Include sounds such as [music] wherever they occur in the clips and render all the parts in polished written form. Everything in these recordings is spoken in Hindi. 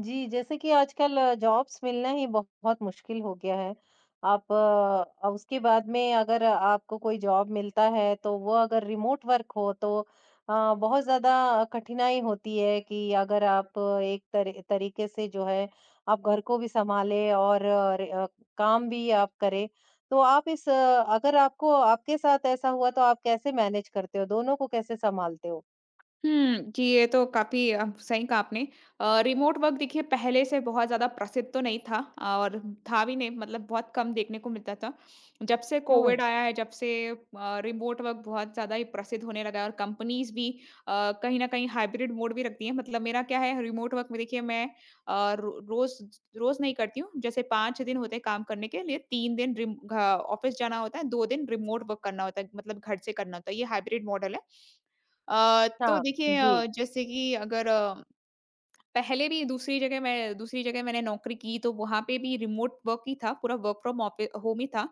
जी, जैसे कि आजकल जॉब्स मिलना ही बहुत मुश्किल हो गया है। आप उसके बाद में अगर आपको कोई जॉब मिलता है, तो वो अगर रिमोट वर्क हो, तो बहुत ज़्यादा कठिनाई होती है कि अगर आप एक तरीके से जो है, आप घर को भी सँभालें और र अ, काम भी आप करें। तो आप अगर आपको आपके साथ ऐसा हुआ, तो आप कैसे मैनेज करते हो? दोनों को कैसे सँभालते हो? हुँ, जी, ये तो काफ़ी सही कहा आपने। रिमोट वर्क देखिए पहले से बहुत ज़्यादा प्रसिद्ध तो नहीं था और था भी नहीं मतलब बहुत कम देखने को मिलता था। जब से कोविड हुँ। आया है, जब से रिमोट वर्क बहुत ज़्यादा ही प्रसिद्ध होने लगा है और कंपनीज़ भी अ, कहीं न कहीं हाइब्रिड मोड भी रखती हैं। मतलब मेरा क्या है रिमोट वर्क में देखिए मैं अ, रो रोज़ रोज़ नहीं करती हूँ। जैसे 5 दिन होते हैं काम करने के लिए, 3 दिन रिम घ ऑफ़िस जाना होता है, 2 दिन रिमोट वर्क करना होता है, मतलब घर से करना होता है। ये हाइब्रिड मॉडल है। तो हाँ, देखिए जी, जैसे कि अगर पहले भी दूसरी जगह मैंने नौकरी की तो वहाँ पे भी रिमोट वर्क ही था, पूरा वर्क फ्रॉम ऑफि होम ही था।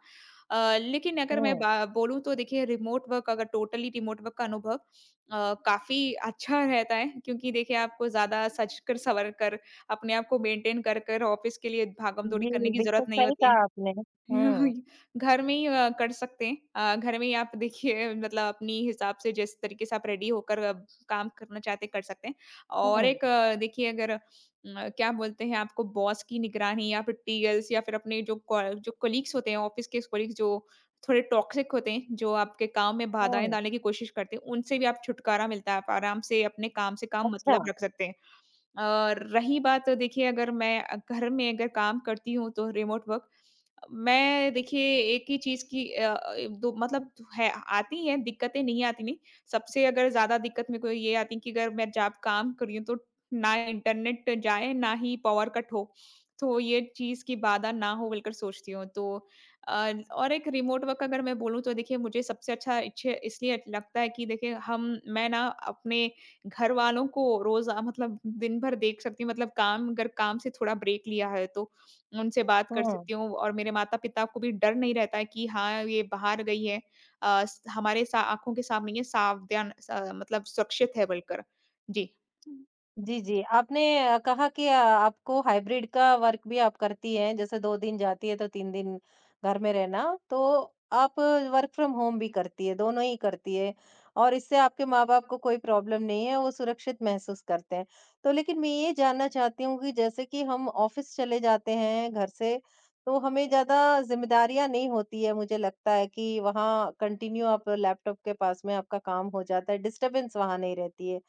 लेकिन अगर मैं हुँ। बा बोलूँ तो देखिए रिमोट वर्क अगर टोटली रिमोट वर्क का अनुभव काफ़ी अच्छा रहता है क्योंकि देखिए आपको ज़्यादा सज कर, सँवर कर, अपने आप को मेंटेन कर ऑफ़िस के लिए भागम-दौड़ी जी, करने की ज़रूरत बिल्कुल नहीं सही होती। कहा आपने। हुँ, [laughs] घर में ही कर सकते हैं। घर में ही आप देखिए मतलब अपनी हिसाब से जिस तरीके से आप रेडी होकर अब काम करना चाहते हैं, कर सकते हैं। और हुँ, एक देखिए अगर क्या बोलते हैं आपको बॉस की निगरानी या फिर टीएल्स या फिर अपने जो कलीग्स होते हैं, ऑफिस के कलीग्स जो थोड़े टॉक्सिक होते हैं, जो आपके काम में बाधाएँ हुँ, डालने की कोशिश करते हैं, उनसे भी आप छुटकारा मिलता है। आप आराम से अपने काम से काम अच्छा, मतलब रख सकते हैं। और रही बात देखिए अगर मैं घर में अगर काम करती हूँ तो रिमोट वर्क मैं देखिए एक ही चीज़ की दो मतलब है आती हैं दिक्कतें नहीं आती नहीं। सबसे अगर ज़्यादा दिक्कत मेरे को ये आती है कि अगर मैं जब काम कर रही हूँ तो ना इंटरनेट जाए ना ही पावर कट हो। तो ये चीज़ की बाधा ना हो बोलकर सोचती हूँ। तो और एक रिमोट वर्क अगर मैं बोलूँ तो देखिए मुझे सबसे अच्छा इच्छे इसलिए लगता है कि देखिए हम मैं ना अपने घर वालों को रोज़ मतलब दिन भर देख सकती हूँ, मतलब काम अगर काम से थोड़ा ब्रेक लिया है तो उनसे बात कर हुँ। सकती हूँ और मेरे माता-पिता को भी डर नहीं रहता है कि हाँ, ये बाहर गई है। अ, स हमारे सा आँखों के सामने ये सावधान स मतलब सुरक्षित है बोलकर। जी। जी, जी। आपने कहा कि आपको हाइब्रिड का वर्क भी आप करती हैं, जैसे 2 दिन जाती है तो 3 दिन घर में रहना, तो आप वर्क फ्रॉम होम भी करती है, दोनों ही करती है और इससे आपके माँ-बाप को कोई प्रॉब्लम नहीं है, वो सुरक्षित महसूस करते हैं। तो लेकिन मैं ये जानना चाहती हूँ कि जैसे कि हम ऑफ़िस चले जाते हैं घर से, तो हमें ज़्यादा ज़िम्मेदारियाँ नहीं होती है, मुझे लगता है कि वहाँ कंटिन्यू आप लैपटॉप के पास में आपका काम हो जाता है, डिस्टर्बेंस वहाँ नहीं रहती है।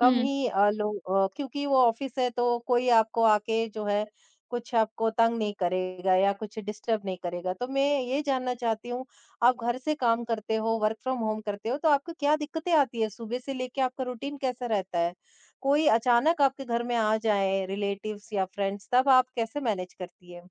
कम हुँ। ही लोग क्योंकि वो ऑफिस है तो कोई आपको आके जो है कुछ आपको तंग नहीं करेगा या कुछ डिस्टर्ब नहीं करेगा। तो मैं ये जानना चाहती हूँ आप घर से काम करते हो, वर्क फ्रॉम होम करते हो तो आपको क्या दिक्कतें आती है? सुबह से लेके आपका रूटीन कैसा रहता है? कोई अचानक आपके घर में आ जाए रिलेटिव्स या फ्रेंड्स तब आप कैसे मैनेज करती है?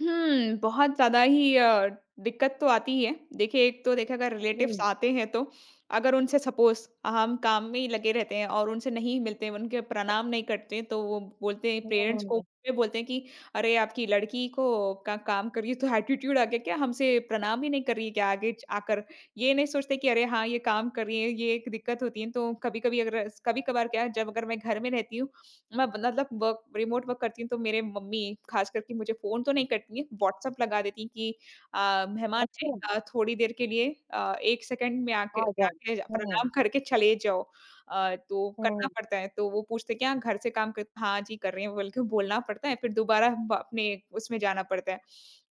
हुँ, बहुत ज़्यादा ही दिक्कत तो आती ही है। देखिए, एक तो देखिए अगर हुँ, रिलेटिव्स आते हैं तो अगर उनसे सपोज़ हम काम में ही लगे रहते हैं और उनसे नहीं मिलते हैं, उनके प्रणाम नहीं करते हैं, तो वो बोलते हैं पेरेंट्स को हुँ। ये बोलते हैं कि अरे! आपकी लड़की को का काम कर रही है तो एटीट्यूड आ गया क्या? हमसे प्रणाम ही नहीं कर रही है क्या आगे च आकर? ये नहीं सोचते कि अरे! हाँ, ये काम कर रही है, ये एक दिक्कत होती है। तो कभी-कभी अगर कभी-कभार क्या है जब अगर मैं घर में रहती हूँ मैं मतलब वर्क रिमोट वर्क करती हूँ तो मेरे मम्मी खास करके मुझे फ़ोन तो नहीं करती हैं, व्हाट्सएप लगा देती हैं कि मेहमान हैं अच्छा, थोड़ी देर के लिए 1 सेकंड में आके आ गया। जाके हुँ, प्रणाम करके चले जाओ। तो हुँ, करना पड़ता है, तो वो पूछते हैं, "क्या घर से काम कर" "हाँ जी, कर रहे हैं" बोल के बोलना पड़ता है, फिर दोबारा ब अपने उसमें जाना पड़ता है।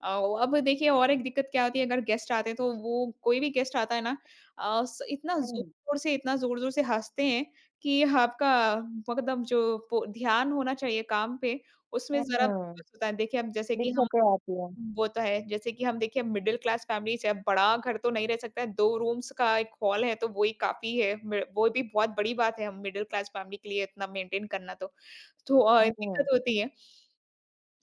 अ, अब देखिए और एक दिक्कत क्या होती है अगर गेस्ट आते हैं तो वो कोई भी गेस्ट आता है ना अ, स इतना हुँ, ज़ोर-ज़ोर से हँसते हैं कि आपका मतलब जो पो ध्यान होना चाहिए काम पे, उसमें हुँ, ज़रा हुँ। फ़ोकस होता है। देखिए, अब जैसे कि हम दिक्कतें आती हैं। वो तो है, जैसे कि हम देखिए मिडल क्लास फ़ैमिली से अब बड़ा घर तो नहीं रह सकता है, 2 रूम्स का 1 हॉल है, तो वो ही काफ़ी है। म वो भी बहुत बड़ी बात है, हम मिडल क्लास फ़ैमिली के लिए इतना मेंटेन करना तो। तो हुँ, दिक्कत होती है।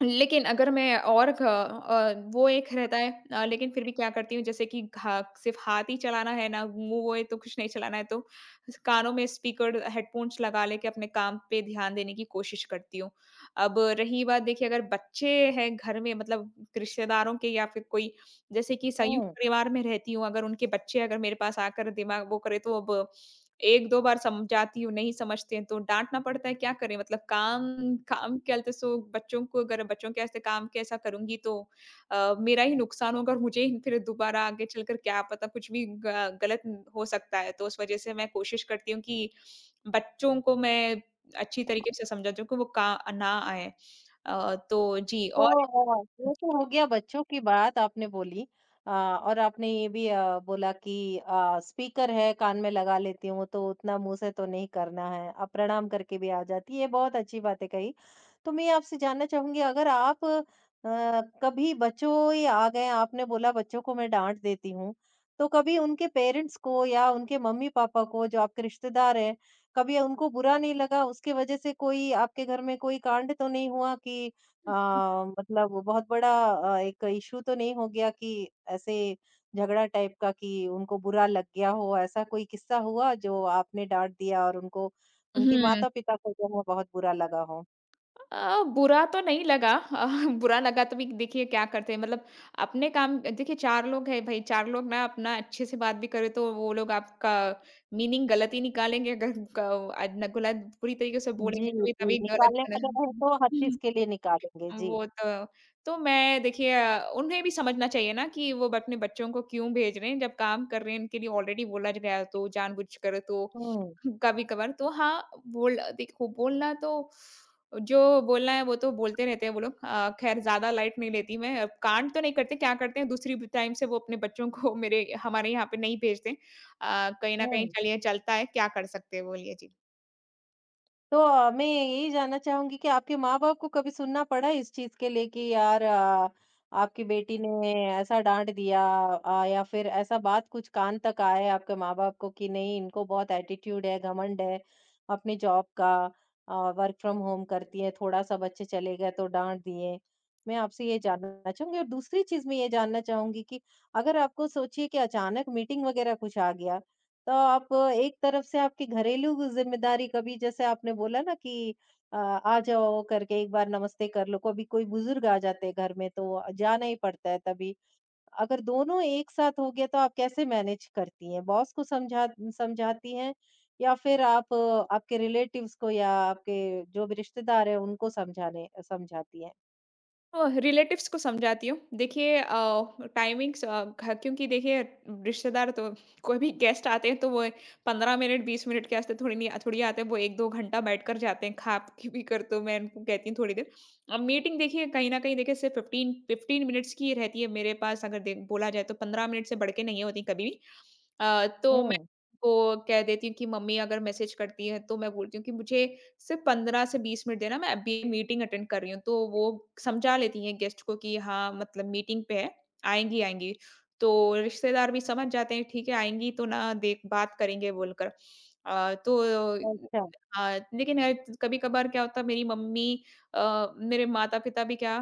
लेकिन अगर मैं और वो एक रहता है लेकिन फिर भी क्या करती हूँ जैसे कि घा सिर्फ़ हाथ ही चलाना है ना, मुँह-वुँह तो कुछ नहीं चलाना है तो स कानों में स्पीकर हेडफ़ोन्स लगा लेके अपने काम पे ध्यान देने की कोशिश करती हूँ। अब रही बात देखिए अगर बच्चे हैं घर में मतलब रिश्तेदारों के या फिर कोई जैसे कि संयुक्त हुँ। परिवार में रहती हूँ, अगर उनके बच्चे अगर मेरे पास आकर दिमाग वो करे तो अब 1-2 बार समझाती हूँ, नहीं समझते हैं तो डाँटना पड़ता है, क्या करें? मतलब काम काम चलते सो बच्चों को अगर बच्चों के ऐसे काम के ऐसा करूँगी तो मेरा ही नुकसान होगा और मुझे ही फिर दोबारा आगे चलकर क्या पता कुछ भी ग गलत हो सकता है। तो उस वज़ह से मैं कोशिश करती हूँ कि बच्चों को मैं अच्छी तरीके से समझा दूँ कि वो का ना आएँ। तो जी और तो ये तो हो गया बच्चों की बात आपने बोली और आपने ये भी बोला कि स्पीकर है कान में लगा लेती हूँ तो उतना मुंह से तो नहीं करना है अब प्रणाम करके भी आ जाती है, ये बहुत अच्छी बात है कही। तो मैं आपसे जानना चाहूंगी, अगर आप कभी बच्चों ही आ गए, आपने बोला बच्चों को मैं डांट देती हूँ, तो कभी उनके पेरेंट्स को या उनके मम्मी पापा को जो आपके रिश्तेदार हैं, कभी उनको बुरा नहीं लगा उसके वजह से? कोई आपके घर में कोई कांड तो नहीं हुआ कि अ, मतलब वो बहुत बड़ा एक इश्यू तो नहीं हो गया कि ऐसे झगड़ा टाइप का कि उनको बुरा लग गया हो? ऐसा कोई किस्सा हुआ जो आपने डाँट दिया और उनको, उनकी हुँ। माता-पिता को जो है बहुत बुरा लगा हो? बुरा तो नहीं लगा [laughs] बुरा लगा तो भी देखिए क्या करते हैं मतलब अपने काम देखिए 4 लोग हैं भई 4 लोग ना अपना अच्छे से बात भी करें तो वो लोग आपका मीनिंग गलत ही निकालेंगे अगर क आज ना गलत पूरी तरीके से जी, बोलेंगे तो भी जी, तभी गलत निकालने वाले हैं बने। तो हर चीज़ के लिए निकालेंगे। जी। वो तो मैं देखिए उन्हें भी समझना चाहिए ना कि वो अपने बच्चों को क्यों भेज रहे हैं, जब काम कर रहे हैं इनके लिए ऑलरेडी बोला गया है, तो जानबूझकर तो हुँ, [laughs] कभी-कभार तो हाँ, बोल देखो बोलना तो जो बोलना है वो तो बोलते रहते हैं वो लोग। खैर ज़्यादा लाइट नहीं लेती मैं, अब कांड तो नहीं करते, क्या करते हैं दूसरी ब टाइम से वो अपने बच्चों को [laughs] मेरे हमारे यहाँ पे नहीं भेजते। कहीं न कहीं हुँ। चलिए चलता है, क्या कर सकते हैं बोलिए? जी। तो मैं यही जानना चाहूँगी कि आपके माँ-बाप को कभी सुनना पड़ा इस चीज़ के लिए कि यार आपकी बेटी ने ऐसा डाँट दिया, या फिर ऐसा बात कुछ कान तक आए आपके माँ-बाप को कि नहीं, इनको बहुत एटीट्यूड है, घमंड है अपनी जॉब का, अ, वर्क फ्रॉम होम करती है, थोड़ा-सा बच्चे चले गए तो डाँट दिए। मैं आपसे ये जानना चाहूँगी। और दूसरी चीज़ मैं ये जानना चाहूँगी कि अगर आपको सोचिए कि अचानक मीटिंग वगैरह कुछ आ गया, तो आप एक तरफ से आपकी घरेलू जिम्मेदारी, कभी जैसे आपने बोला ना कि आ जाओ करके एक बार नमस्ते कर लो, कभी कोई बुजुर्ग आ जाते हैं घर में तो जाना ही पड़ता है, तभी अगर दोनों एक साथ हो गया तो आप कैसे मैनेज करती हैं? बॉस को समझाती हैं या फिर आप आपके रिलेटिव्स को या आपके जो भी रिश्तेदार हैं उनको समझाने समझाती हैं? रिलेटिव्स को समझाती हूँ। देखिए टाइमिंग्स अ, घ क्योंकि देखिए रिश्तेदार तो कोई भी गेस्ट आते हैं तो वो 15 मिनट 20 मिनट के वास्ते थोड़ी नहीं थोड़ी आते हैं। वो 1-2 घंटा बैठकर जाते हैं, खा-पी भी कर तो मैं उनको कहती हूँ थोड़ी देर। अब मीटिंग देखिए कहीं न कहीं देखिए सिर्फ़ 15 मिनट्स की ही रहती है मेरे पास अगर दे बोला जाए तो 15 मिनट से बढ़ के नहीं होती कभी भी। तो मैं हम्म। वो कह देती हूँ कि मम्मी अगर मैसेज करती हैं तो मैं बोलती हूँ कि मुझे सिर्फ 15 से 20 मिनट देना मैं अभी मीटिंग अटेंड कर रही हूँ। तो वो समझा लेती हैं गेस्ट को कि हाँ, मतलब मीटिंग पे है, आएँगी, आएँगी। तो रिश्तेदार भी समझ जाते हैं ठीक है आएँगी तो ना देख बात करेंगे बोलकर। तो अच्छा। हाँ, लेकिन कभी-कभार क्या होता है मेरे माता-पिता भी क्या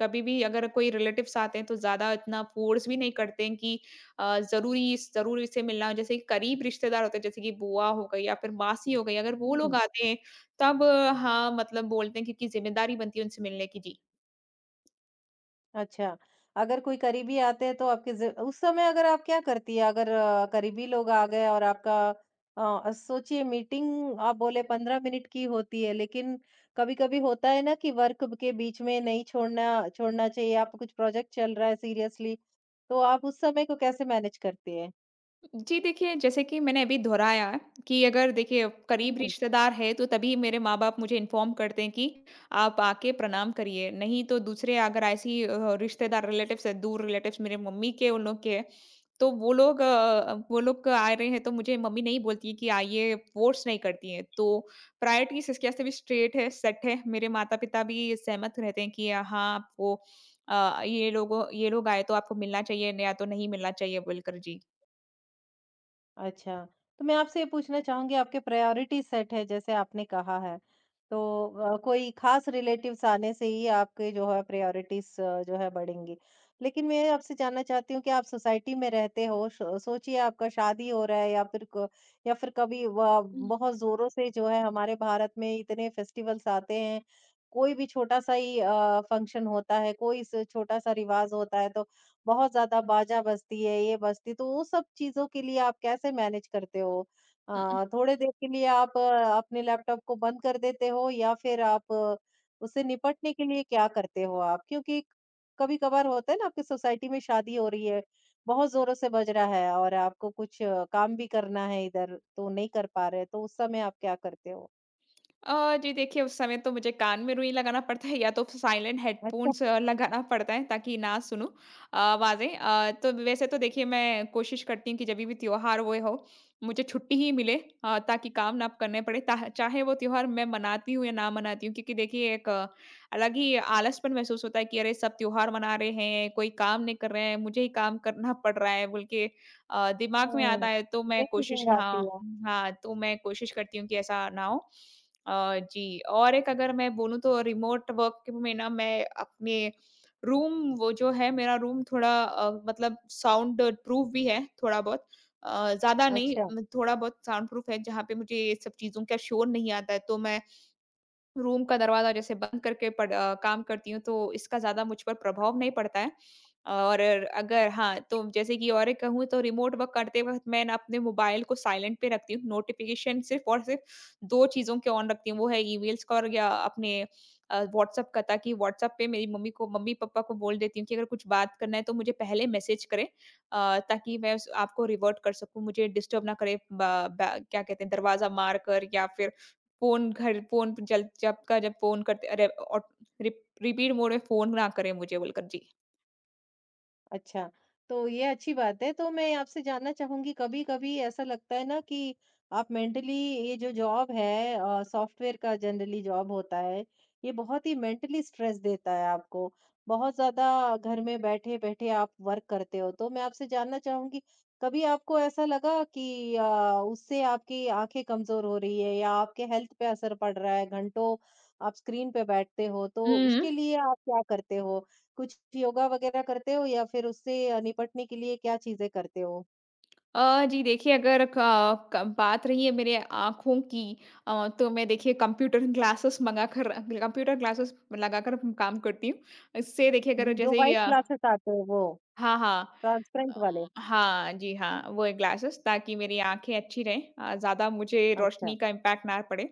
कभी भी अगर कोई रिलेटिव्स आते हैं तो ज़्यादा इतना फ़ोर्स भी नहीं करते हैं कि ज़रूरी ज़रूरी से मिलना हो। जैसे कि करीब रिश्तेदार होते हैं, जैसे कि बुआ हो गई या फिर मासी हो गई, अगर वो लोग हम्म। आते हैं तब हाँ, मतलब बोलते हैं क्योंकि ज़िम्मेदारी बनती है उनसे मिलने की। जी। अच्छा, अगर कोई करीबी आते हैं तो आपके ज़ उस समय अगर आप क्या करती हैं? अगर करीबी लोग आ गए और आपका सोचिए, मीटिंग आप बोले 15 मिनट की होती है, लेकिन कभी-कभी होता है ना कि वर्क के बीच में नहीं छोड़ना छोड़ना चाहिए, आपका कुछ प्रोजेक्ट चल रहा है सीरियसली, तो आप उस समय को कैसे मैनेज करती हैं? जी देखिए, जैसे कि मैंने अभी दोहराया है कि अगर देखिए करीब रिश्तेदार है तो तभी मेरे माँ-बाप मुझे इन्फ़ॉर्म करते हैं कि आप आके प्रणाम करिए। नहीं तो दूसरे अगर ऐसी रिश्तेदार रिलेटिव्स है, दूर रिलेटिव्स मेरे मम्मी के उन लोग के हैं, तो वो लोग आ रहे हैं तो मुझे मम्मी नहीं बोलती है कि आइए, फ़ोर्स नहीं करती हैं। तो प्रायोरिटीज़ इसके वास्ते भी सेट है। मेरे माता-पिता भी सहमत रहते हैं कि हाँ, आपको ये लोगों ये लोग आए तो आपको मिलना चाहिए न या तो नहीं मिलना चाहिए बोलकर। जी। अच्छा, तो मैं आपसे ये पूछना चाहूँगी, आपके प्रायोरिटी सेट है जैसे आपने कहा है, तो कोई ख़ास रिलेटिव्स आने से ही आपके जो है प्रायोरिटीज़ जो है बढ़ेंगी। लेकिन मैं आपसे जानना चाहती हूँ कि आप सोसाइटी में रहते हो, सो सोचिए आपका शादी हो रहा है या फिर क या फिर कभी व बहुत ज़ोरों से जो है हमारे भारत में इतने फेस्टिवल्स आते हैं, कोई भी छोटा-सा ही फंक्शन होता है, कोई स छोटा-सा रिवाज़ होता है तो बहुत ज़्यादा बाजा बजती है, ये बजती, तो वो सब चीज़ों के लिए आप कैसे मैनेज करते हो? हुँ। थोड़े देर के लिए आप अपने लैपटॉप को बंद कर देते हो या फिर आप उससे निपटने के लिए क्या करते हो आप? क्योंकि कभी-कभार होता है ना, आपकी सोसाइटी में शादी हो रही है, बहुत ज़ोरों से बज रहा है और आपको कुछ काम भी करना है इधर, तो नहीं कर पा रहे, तो उस समय आप क्या करते हो? जी देखिए, उस समय तो मुझे कान में रुई लगाना पड़ता है या तो फिर साइलेंट अच्छा, हेडफ़ोन्स लगाना पड़ता है ताकि ना सुनूँ आवाज़ें। तो वैसे तो देखिए मैं कोशिश करती हूँ कि जभी भी त्योहार हुए हो, मुझे छुट्टी ही मिले ताकि काम ना करने पड़े। ताह चाहे वो त्योहार मैं मनाती हूँ या ना मनाती हूँ क्योंकि देखिए एक अलग ही आलसपन महसूस होता है कि अरे सब त्योहार मना रहे हैं, कोई काम नहीं कर रहे हैं, मुझे ही काम करना पड़ रहा है बोल के दिमाग में आता हुँ, है तो ये चीज़ें आती है। हाँ, तो मैं कोशिश करती हूँ कि ऐसा ना हो। जी और एक अगर मैं बोलूँ तो रिमोट वर्क में ना मैं अपने रूम वो जो है मेरा रूम थोड़ा मतलब साउंड प्रूफ भी है थोड़ा बहुत अ, ज़्यादा नहीं अच्छा। म थोड़ा बहुत साउंड प्रूफ है जहाँ पे मुझे ये सब चीज़ों का शोर नहीं आता है तो मैं रूम का दरवाज़ा जैसे बंद करके काम करती हूँ, तो इसका ज़्यादा मुझ पर प्रभाव नहीं पड़ता है। और अगर हाँ, तो जैसे कि और एक कहूँ तो रिमोट वर्क करते वक़्त मैं ना अपने मोबाइल को साइलेंट पे रखती हूँ। नोटिफ़िकेशन सिर्फ़ और सिर्फ़ 2 चीज़ों के ऑन रखती हूँ, वो है ईमेल्स का और या अपने व्हाट्सएप का, ताकि व्हाट्सएप पे मेरी मम्मी-पापा को बोल देती हूँ कि अगर कुछ बात करना है तो मुझे पहले मैसेज करें, ताकि मैं उस आपको रिवर्ट कर सकूँ, मुझे डिस्टर्ब ना करें, ब ब क्या कहते हैं दरवाज़ा मार कर या फिर फ़ोन पे जल जब का जब फ़ोन करते अरे, और रिपीट मोड में फ़ोन ना करें, मुझे बोलकर। जी। अच्छा, तो ये अच्छी बात है। तो मैं आपसे जानना चाहूँगी, कभी-कभी ऐसा लगता है ना कि आप मेंटली, ये जो जॉब है सॉफ्टवेयर का जनरली जॉब होता है, ये बहुत ही मेंटली स्ट्रेस देता है आपको। बहुत ज़्यादा घर में बैठे-बैठे आप वर्क करते हो। तो मैं आपसे जानना चाहूँगी, कभी आपको ऐसा लगा कि उससे आपकी आँखें कमज़ोर हो रही है या आपके हेल्थ पे असर पड़ रहा है, घंटों आप स्क्रीन पे बैठते हो, तो हुँ। उसके लिए आप क्या करते हो? कुछ योगा वगैरह करते हो या फिर उससे निपटने के लिए क्या चीज़ें करते हो? जी देखिए, अगर क क बात रही है मेरे आँखों की, तो मैं देखिए कंप्यूटर ग्लासेस मँगाकर कंप्यूटर ग्लासेस लगाकर काम करती हूँ। इससे देखिए, अगर जी, जो जैसे कि व्हाइट ग्लासेस आते हैं वो, हाँ, हाँ। अ, ट्रांसपेरेंट वाले। हाँ, जी हाँ, वो ग्लासेस ताकि मेरी आँखें अच्छी रहें, ज़्यादा मुझे अच्छा। रोशनी का इम्पैक्ट ना पड़े।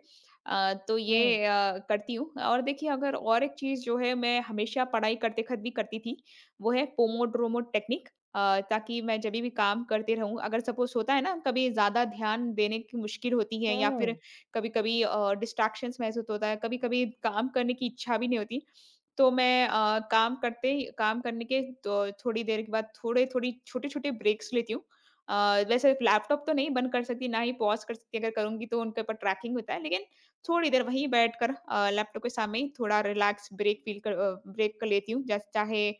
तो हुँ। ये करती हूँ। और देखिए अगर और एक चीज़ जो है मैं हमेशा पढ़ाई करते वक़्त भी करती थी, वो है पोमोड्रोमो टेक्निक। ताकि मैं जभी भी काम करते रहूँ, अगर सपोज़ होता है ना कभी ज़्यादा ध्यान देने की मुश्किल होती है या फिर हुँ। कभी-कभी डिस्ट्रैक्शंस महसूस होता है, कभी-कभी काम करने की इच्छा भी नहीं होती, तो मैं काम करते ही काम करने के तो थोड़ी देर के बाद थोड़े-थोड़ी छोटे-छोटे ब्रेक्स लेती हूँ। अ, वैसे लैपटॉप तो नहीं बंद कर सकती, ना ही पॉज़ कर सकती, अगर करूँगी तो उनके ऊपर ट्रैकिंग होता है, लेकिन थोड़ी देर वहीं बैठकर लैपटॉप के सामने ही थोड़ा रिलैक्स ब्रेक फ़ील कर अ, ब्रेक कर लेती हूँ। जैस चाहे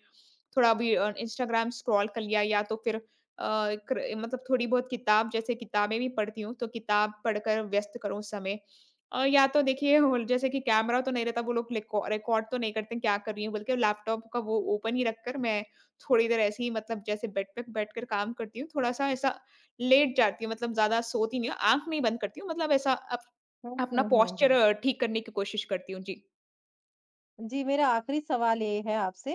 थोड़ा भी इंस्टाग्राम स्क्रॉल कर लिया या तो फिर अ, क्र मतलब थोड़ी बहुत किताब जैसे किताबें भी पढ़ती हूँ, तो किताब पढ़कर व्यस्त करूँ उस समय। या तो देखिए वो जैसे कि कैमरा तो नहीं रहता, वो लोग लेको रिकॉर्ड तो नहीं करते क्या कर रही हूँ, बल्कि लैपटॉप का वो ओपन ही रखकर मैं थोड़ी देर ऐसे ही मतलब जैसे बेड पे बैठकर काम करती हूँ, थोड़ा-सा ऐसा लेट जाती हूँ, मतलब ज़्यादा सोती नहीं हूँ, आँख नहीं बंद करती हूँ, मतलब ऐसा अप हुँ, अपना हुँ, हुँ, हुँ, हुँ। पोस्चर ठीक करने की कोशिश करती हूँ। जी। जी, मेरा आखिरी सवाल ये है आपसे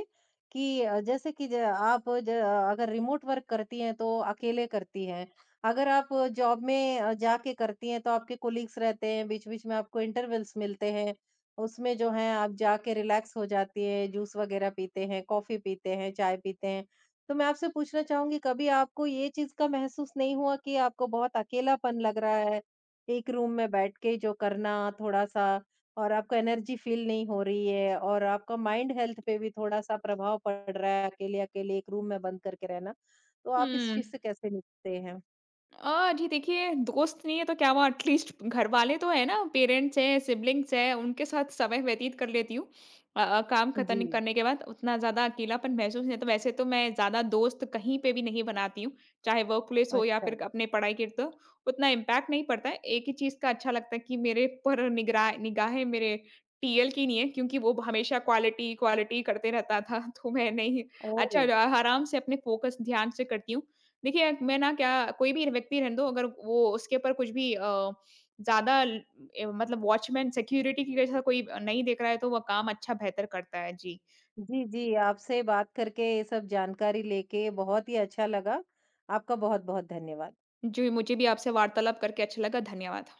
कि जैसे कि ज आप ज अगर रिमोट वर्क करती हैं, तो अकेले करती हैं। अगर आप जॉब में जाके करती हैं, तो आपके कोलीग्स रहते हैं, बीच-बीच में आपको इंटरवल्स मिलते हैं। उसमें जो है, आप जाके रिलैक्स हो जाती हैं, जूस वगैरह पीते हैं, कॉफ़ी पीते हैं, चाय पीते हैं। तो मैं आपसे पूछना चाहूँगी, कभी आपको ये चीज़ का महसूस नहीं हुआ कि आपको बहुत अकेलापन लग रहा है, एक रूम में बैठ के जो करना थोड़ा-सा, और आपको एनर्जी फ़ील नहीं हो रही है और आपका माइंड हेल्थ पे भी थोड़ा-सा प्रभाव पड़ रहा है, अकेले-अकेले एक रूम में बंद करके रहना? तो आप इस हुँ। चीज़ से कैसे निपटते हैं? जी देखिए, दोस्त नहीं है तो क्या हुआ, एटलीस्ट घरवाले तो हैं ना, पेरेंट्स हैं, सिब्लिंग्स हैं, उनके साथ समय व्यतीत कर लेती हूँ। काम खतन जी, करने के बाद उतना ज़्यादा अकेलापन महसूस नहीं होता। वैसे तो मैं ज़्यादा दोस्त कहीं पे भी नहीं बनाती हूँ, चाहे वर्कप्लेस हो या अच्छा। फिर अपने पढ़ाई के तो उतना इम्पैक्ट नहीं पड़ता है। एक ही चीज़ का अच्छा लगता है कि मेरे पर निगरा निगाहें मेरे टीएल की नहीं है, क्योंकि वो हमेशा क्वालिटी, क्वालिटी करते रहता था, [laughs] तो मैं नहीं, अच्छा ओह! आराम से अपने फ़ोकस ध्यान से करती हूँ। देखिए, एक मैं ना क्या कोई भी व्यक्ति रहने दो, अगर वो उसके ऊपर कुछ भी ज़्यादा ल मतलब वॉचमैन सिक्योरिटी की जैसा कोई नहीं देख रहा है, तो वह काम अच्छा बेहतर करता है। जी। जी, जी, आपसे बात करके ये सब जानकारी लेके बहुत ही अच्छा लगा। आपका बहुत-बहुत धन्यवाद। जी, मुझे भी आपसे वार्तालाप करके अच्छा लगा। धन्यवाद।